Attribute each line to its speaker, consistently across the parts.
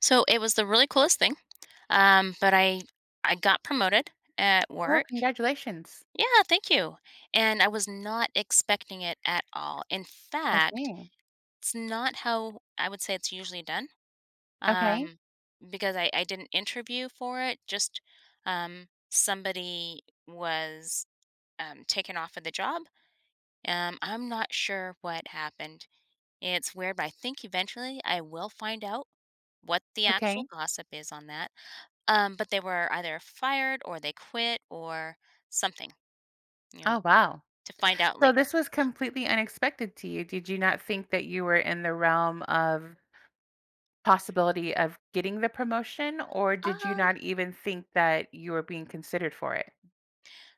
Speaker 1: So it was the really coolest thing. But I got promoted at
Speaker 2: Oh,
Speaker 1: work.
Speaker 2: congratulations.
Speaker 1: Yeah, thank you. And I was not expecting it at all. In fact,
Speaker 2: Okay.
Speaker 1: it's not how I would say it's usually done.
Speaker 2: Okay.
Speaker 1: Um, because I didn't interview for it. Just somebody was taken off of the job. I'm not sure what happened. It's weird, but I think eventually I will find out what the actual
Speaker 2: Okay.
Speaker 1: gossip is on that. But they were either fired or they quit or something, you know,
Speaker 2: Oh, wow.
Speaker 1: to find out
Speaker 2: So
Speaker 1: later.
Speaker 2: this was completely unexpected to you. Did you not think that you were in the realm of possibility of getting the promotion, or did you
Speaker 1: Um,
Speaker 2: not even think that you were being considered for it?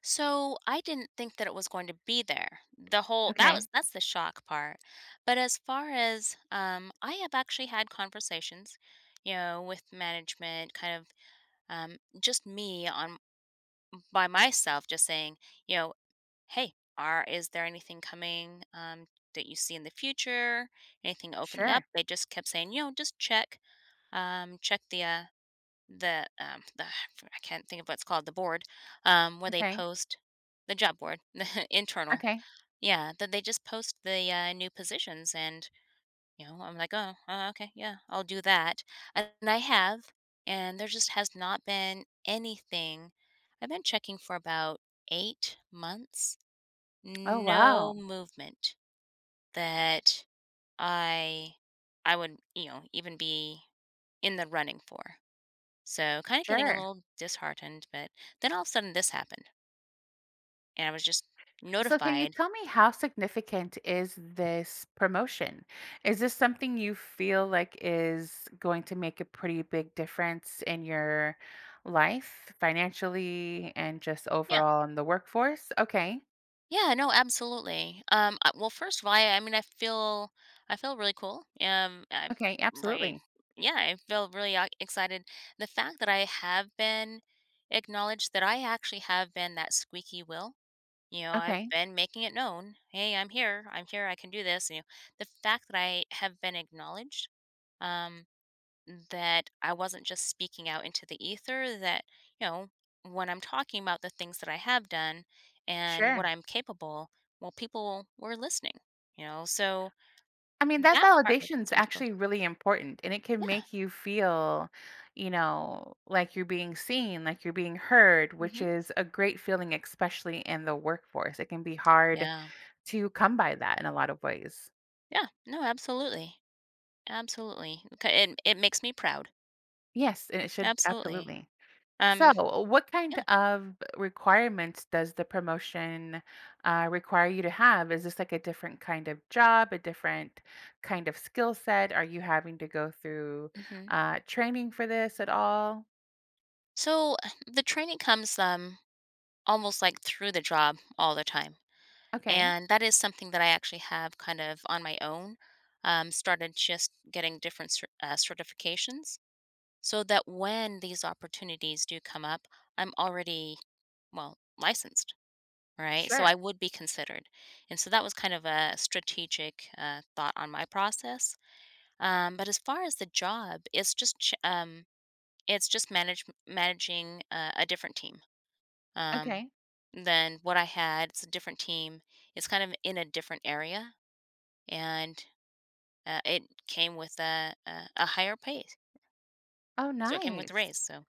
Speaker 1: so I didn't think that it was going to be there. The whole that
Speaker 2: Okay.
Speaker 1: was that's the shock part. But as far as I have actually had conversations, with management, kind of just me on by myself, just saying, you know, hey, are is there anything coming that you see in the future? Anything opening up?
Speaker 2: Sure.
Speaker 1: They just kept saying, just check. Check the the the I can't think of what's called the board where they
Speaker 2: Okay.
Speaker 1: post the job board, the internal.
Speaker 2: Okay.
Speaker 1: Yeah, that they just post the new positions, and I'm like, oh, okay, yeah, I'll do that, and I have, and there just has not been anything. I've been checking for about 8 months,
Speaker 2: Oh,
Speaker 1: no
Speaker 2: wow.
Speaker 1: movement that I I would even be in the running for. So, kind of getting a
Speaker 2: Sure.
Speaker 1: little disheartened, but then all of a sudden this happened, and I was just
Speaker 2: So, can you
Speaker 1: notified.
Speaker 2: tell me how significant is this promotion? Is this something you feel like is going to make a pretty big difference in your life financially and just
Speaker 1: Yeah,
Speaker 2: overall in the workforce? Okay.
Speaker 1: yeah, no, absolutely. Well, first of all, I mean, I feel really cool.
Speaker 2: Okay.
Speaker 1: Really,
Speaker 2: Absolutely.
Speaker 1: yeah, I feel really excited. The fact that I have been acknowledged, that I actually have been that squeaky wheel. I've
Speaker 2: Okay.
Speaker 1: been making it known. Hey, I'm here. I'm here. I can do this. The fact that I have been acknowledged. Um, that I wasn't just speaking out into the ether, that, you know, when I'm talking about the things that I have done and what
Speaker 2: Sure.
Speaker 1: I'm capable, well, people were listening, you know? So
Speaker 2: I mean, that
Speaker 1: that part
Speaker 2: validation is
Speaker 1: makes me feel,
Speaker 2: actually really important and it can
Speaker 1: yeah.
Speaker 2: make you feel, you know, like you're being seen, like you're being heard, which
Speaker 1: Hmm.
Speaker 2: is a great feeling, especially in the workforce. It can be hard
Speaker 1: Yeah.
Speaker 2: to come by that in a lot of ways.
Speaker 1: Yeah. No, absolutely. Absolutely. It makes me proud.
Speaker 2: Yes, and it should
Speaker 1: Absolutely.
Speaker 2: absolutely.
Speaker 1: Um,
Speaker 2: So, what kind
Speaker 1: yeah.
Speaker 2: of requirements does the promotion require you to have? Is this like a different kind of job, a different kind of skill set? Are you having to go through
Speaker 1: Hmm.
Speaker 2: training for this at all?
Speaker 1: So the training comes almost like through the job all the time.
Speaker 2: Okay,
Speaker 1: And that is something that I actually have kind of on my own, started just getting different certifications so that when these opportunities do come up, I'm already, well, licensed, right? So I
Speaker 2: sure.
Speaker 1: would be considered. And so that was kind of a strategic thought on my process. But as far as the job, it's just it's just managing a different team um,
Speaker 2: Okay.
Speaker 1: than what I had. It's a different team. It's kind of in a different area and, it came with a higher pay,
Speaker 2: Oh,
Speaker 1: so it came with a
Speaker 2: nice.
Speaker 1: raise, so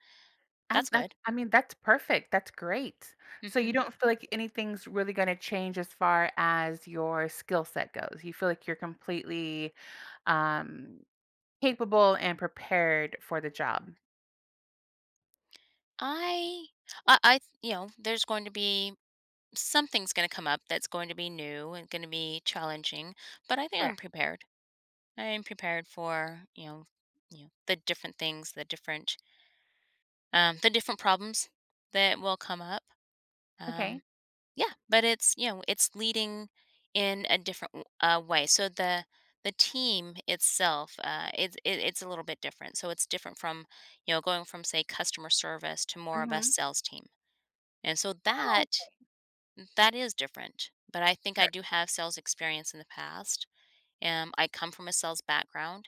Speaker 1: that's
Speaker 2: That
Speaker 1: good.
Speaker 2: I mean, that's perfect, that's great. So you
Speaker 1: Mhm.
Speaker 2: don't feel like anything's really gonna change as far as your skill set goes? You feel like you're completely, um, capable and prepared for the job?
Speaker 1: I I There's going to be something's gonna come up that's going to be new and gonna be challenging, but I think
Speaker 2: Sure.
Speaker 1: I'm prepared. I am prepared for, the different things, the different problems that will come up, um
Speaker 2: Okay.
Speaker 1: Yeah, but it's leading in a different way. So the team itself, it's a little bit different. So it's different from, going from say customer service to more of a
Speaker 2: Mhm.
Speaker 1: sales team. And so
Speaker 2: Oh,
Speaker 1: that is different. But I think I
Speaker 2: sure.
Speaker 1: do have sales experience in the past. I come from a sales background,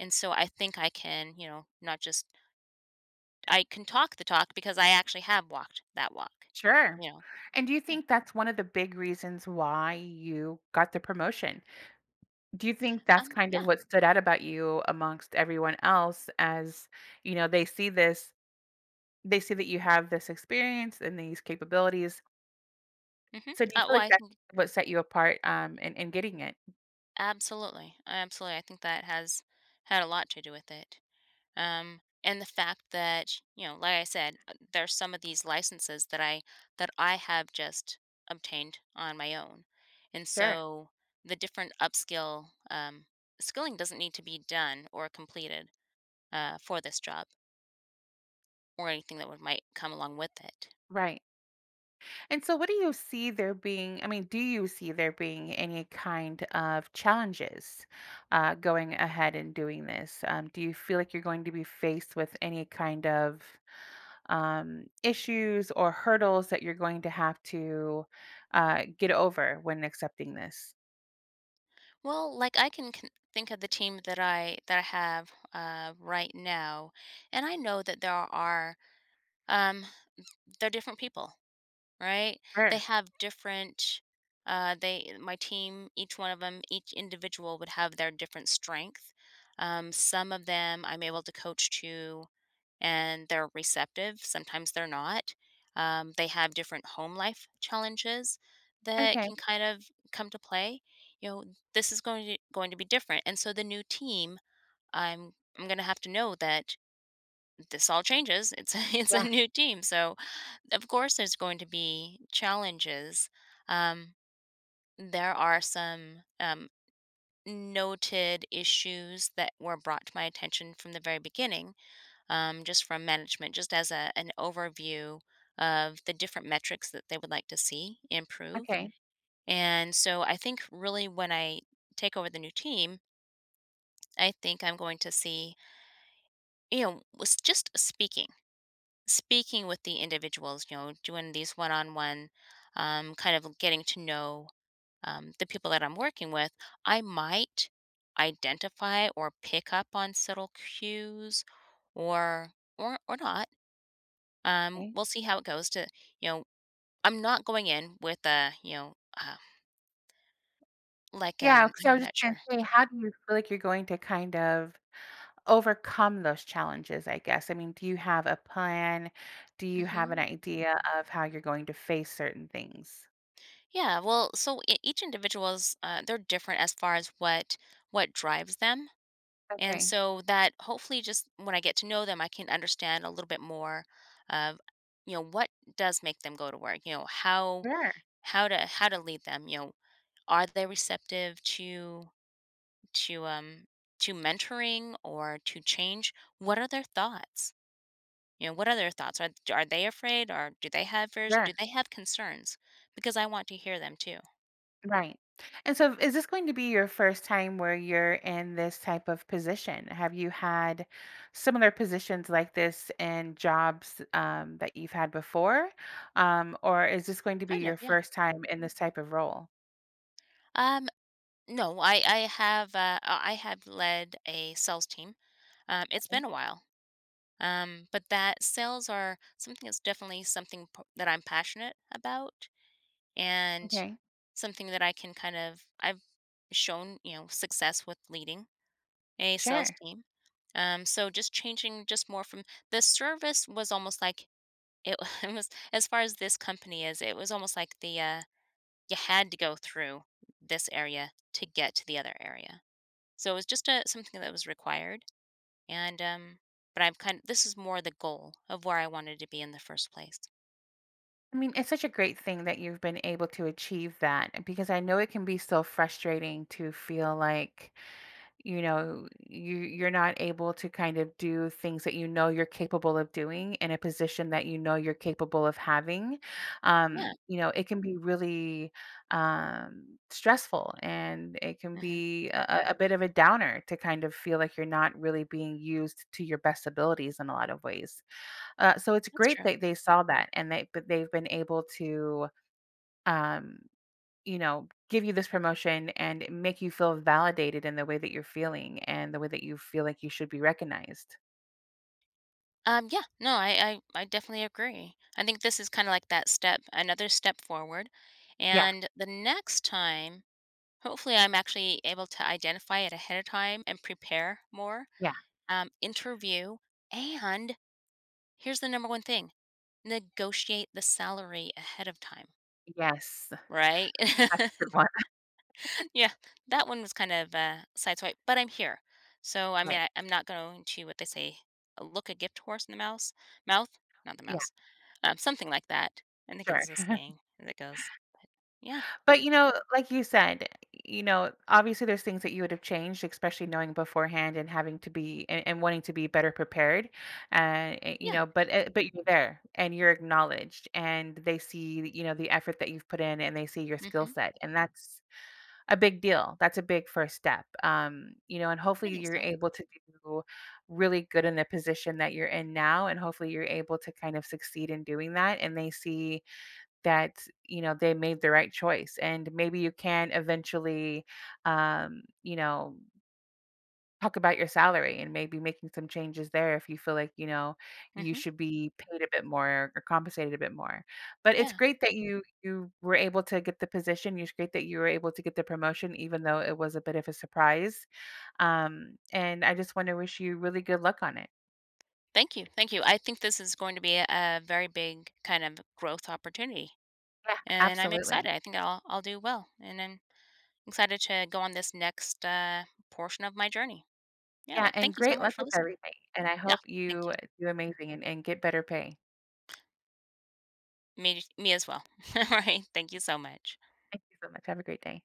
Speaker 1: and so I think I can, you know, not just I can talk the talk because I actually have walked that walk.
Speaker 2: Sure.
Speaker 1: You know,
Speaker 2: And do you
Speaker 1: yeah,
Speaker 2: think that's one of the big reasons why you got the promotion? Do you think that's kind of
Speaker 1: yeah.
Speaker 2: what stood out about you amongst everyone else as, you know, they see this. They see that you have this experience and these capabilities.
Speaker 1: Hmm.
Speaker 2: So do you
Speaker 1: Uh,
Speaker 2: feel
Speaker 1: well,
Speaker 2: like
Speaker 1: I
Speaker 2: that's
Speaker 1: think.
Speaker 2: what set you apart, in getting it?
Speaker 1: Absolutely. Absolutely. I think that has had a lot to do with it. And the fact that, like I said, there's some of these licenses that I have just obtained on my own. And
Speaker 2: Sure.
Speaker 1: so the different upskill skilling doesn't need to be done or completed for this job or anything that would might come along with it.
Speaker 2: Right. And so what do you see there being, I mean, do you see there being any kind of challenges, going ahead and doing this? Do you feel like you're going to be faced with any kind of, issues or hurdles that you're going to have to, get over when accepting this?
Speaker 1: Well, like I can think of the team that I have right now, and I know that there are. Um, they're different people, right? They
Speaker 2: Sure.
Speaker 1: have different they my team, each one of them, each individual would have their different strength. Some of them I'm able to coach to and they're receptive, sometimes they're not. They have different home life challenges that
Speaker 2: Okay.
Speaker 1: can kind of come to play. You know, this is going to be different. And so the new team, I'm I'm going to have to know that this all changes. It's it's a
Speaker 2: Yeah.
Speaker 1: new team, so of course there's going to be challenges. Um, there are some noted issues that were brought to my attention from the very beginning, just from management, just as an overview of the different metrics that they would like to see improve.
Speaker 2: Okay.
Speaker 1: And so I think really when I take over the new team, I think I'm going to see, you know, was just speaking. Speaking with the individuals, doing these one-on-one, kind of getting to know, the people that I'm working with, I might identify or pick up on subtle cues or or not. Um,
Speaker 2: Okay.
Speaker 1: we'll see how it goes to, you know, I'm not going in with a, uh, like,
Speaker 2: Yeah, so I
Speaker 1: I'm
Speaker 2: was
Speaker 1: not
Speaker 2: just gonna
Speaker 1: sure.
Speaker 2: say, how do you feel like you're going to kind of overcome those challenges, I guess? I mean, do you have a plan? Do you have an
Speaker 1: Mhm.
Speaker 2: idea of how you're going to face certain things?
Speaker 1: Yeah, well, so e each individual's, they're different as far as what drives them. And
Speaker 2: Okay.
Speaker 1: so that hopefully just when I get to know them, I can understand a little bit more of, what does make them go to work? You know, how
Speaker 2: Sure,
Speaker 1: how to how to lead them, are they receptive to um to mentoring or to change? What are their thoughts? What are their thoughts? Are they afraid or do they have fears?
Speaker 2: sure,
Speaker 1: Do they have concerns? Because I want to hear them too.
Speaker 2: right. And so is this going to be your first time where you're in this type of position? Have you had similar positions like this in jobs, that you've had before? Or is this going to be
Speaker 1: Kind
Speaker 2: your
Speaker 1: of, yeah.
Speaker 2: first time in this type of role?
Speaker 1: Um no, I have I have led a sales team. It's
Speaker 2: Okay,
Speaker 1: been a while. But that sales are something that's definitely something that I'm passionate about and
Speaker 2: okay,
Speaker 1: something that I can kind of, I've shown, success with leading a sales
Speaker 2: sure.
Speaker 1: team. So just changing just more from the service was almost like it, it was, as far as this company is, it was almost like you had to go through this area to get to the other area. So it was just something that was required and, but I'm This is more the goal of where I wanted to be in the first place.
Speaker 2: I mean, it's such a great thing that you've been able to achieve that, eh, because I know it can be so frustrating to feel like, you know, you're not able to kind of do things that you know you're capable of doing in a position that you know you're capable of having.
Speaker 1: Yeah,
Speaker 2: You know, it can be really stressful and it can
Speaker 1: mhm,
Speaker 2: be a bit of a downer to kind of feel like you're not really being used to your best abilities in a lot of ways. So it's
Speaker 1: that's
Speaker 2: great
Speaker 1: true.
Speaker 2: that they saw that and they, but they've been able to, um, you know, give you this promotion and make you feel validated in the way that you're feeling and the way that you feel like you should be recognized.
Speaker 1: Yeah, no, I definitely agree. I think this is kinda like that step another step forward,
Speaker 2: Yeah,
Speaker 1: and the next time, hopefully, I'm actually able to identify it ahead of time and prepare more,
Speaker 2: yeah.
Speaker 1: interview, and here's the number one thing, negotiate the salary ahead of time,
Speaker 2: Yes.
Speaker 1: right?
Speaker 2: That's a good one.
Speaker 1: Yeah, that one was kind of a sideswipe, but I'm here. So, I mean,
Speaker 2: Right.
Speaker 1: I'm not going to what they say, look a gift horse in the mouse mouth, not the
Speaker 2: Yeah,
Speaker 1: mouse, something like that. I think
Speaker 2: sure.
Speaker 1: it's a saying that goes. But yeah,
Speaker 2: But, you know, like you said, you know, obviously there's things that you would have changed, especially knowing beforehand and having to be, and wanting to be better prepared. And you
Speaker 1: yeah.
Speaker 2: know, but but you're there and you're acknowledged, and they see, you know, the effort that you've put in, and they see your skill
Speaker 1: Hmm.
Speaker 2: set, and that's a big deal. That's a big first step. You know, and
Speaker 1: I
Speaker 2: hopefully
Speaker 1: think
Speaker 2: you're
Speaker 1: so.
Speaker 2: able to do really good in the position that you're in now, and hopefully you're able to kind of succeed in doing that, and they see that, you know, they made the right choice, and maybe you can eventually, you know, talk about your salary and maybe making some changes there if you feel like, you know, you
Speaker 1: Hmm.
Speaker 2: should be paid a bit more or compensated a bit more. But it's
Speaker 1: Yeah,
Speaker 2: great that you were able to get the position. It's great that you were able to get the promotion, even though it was a bit of a surprise. And I just want to wish you really good luck on it.
Speaker 1: thank you, thank you. I think this is going to be a very big kind of growth opportunity,
Speaker 2: Yeah,
Speaker 1: and I'm
Speaker 2: absolutely.
Speaker 1: excited. I think I'll do well, and I'm excited to go on this next portion of my journey. Yeah,
Speaker 2: Yeah,
Speaker 1: but
Speaker 2: and
Speaker 1: thank you so
Speaker 2: great
Speaker 1: much
Speaker 2: luck
Speaker 1: for
Speaker 2: with
Speaker 1: listening.
Speaker 2: everything, and I
Speaker 1: Yeah,
Speaker 2: hope
Speaker 1: thank
Speaker 2: you
Speaker 1: you.
Speaker 2: do amazing, and get better pay.
Speaker 1: Me as well. Alright, thank you so much.
Speaker 2: Thank you so much. Have a great day.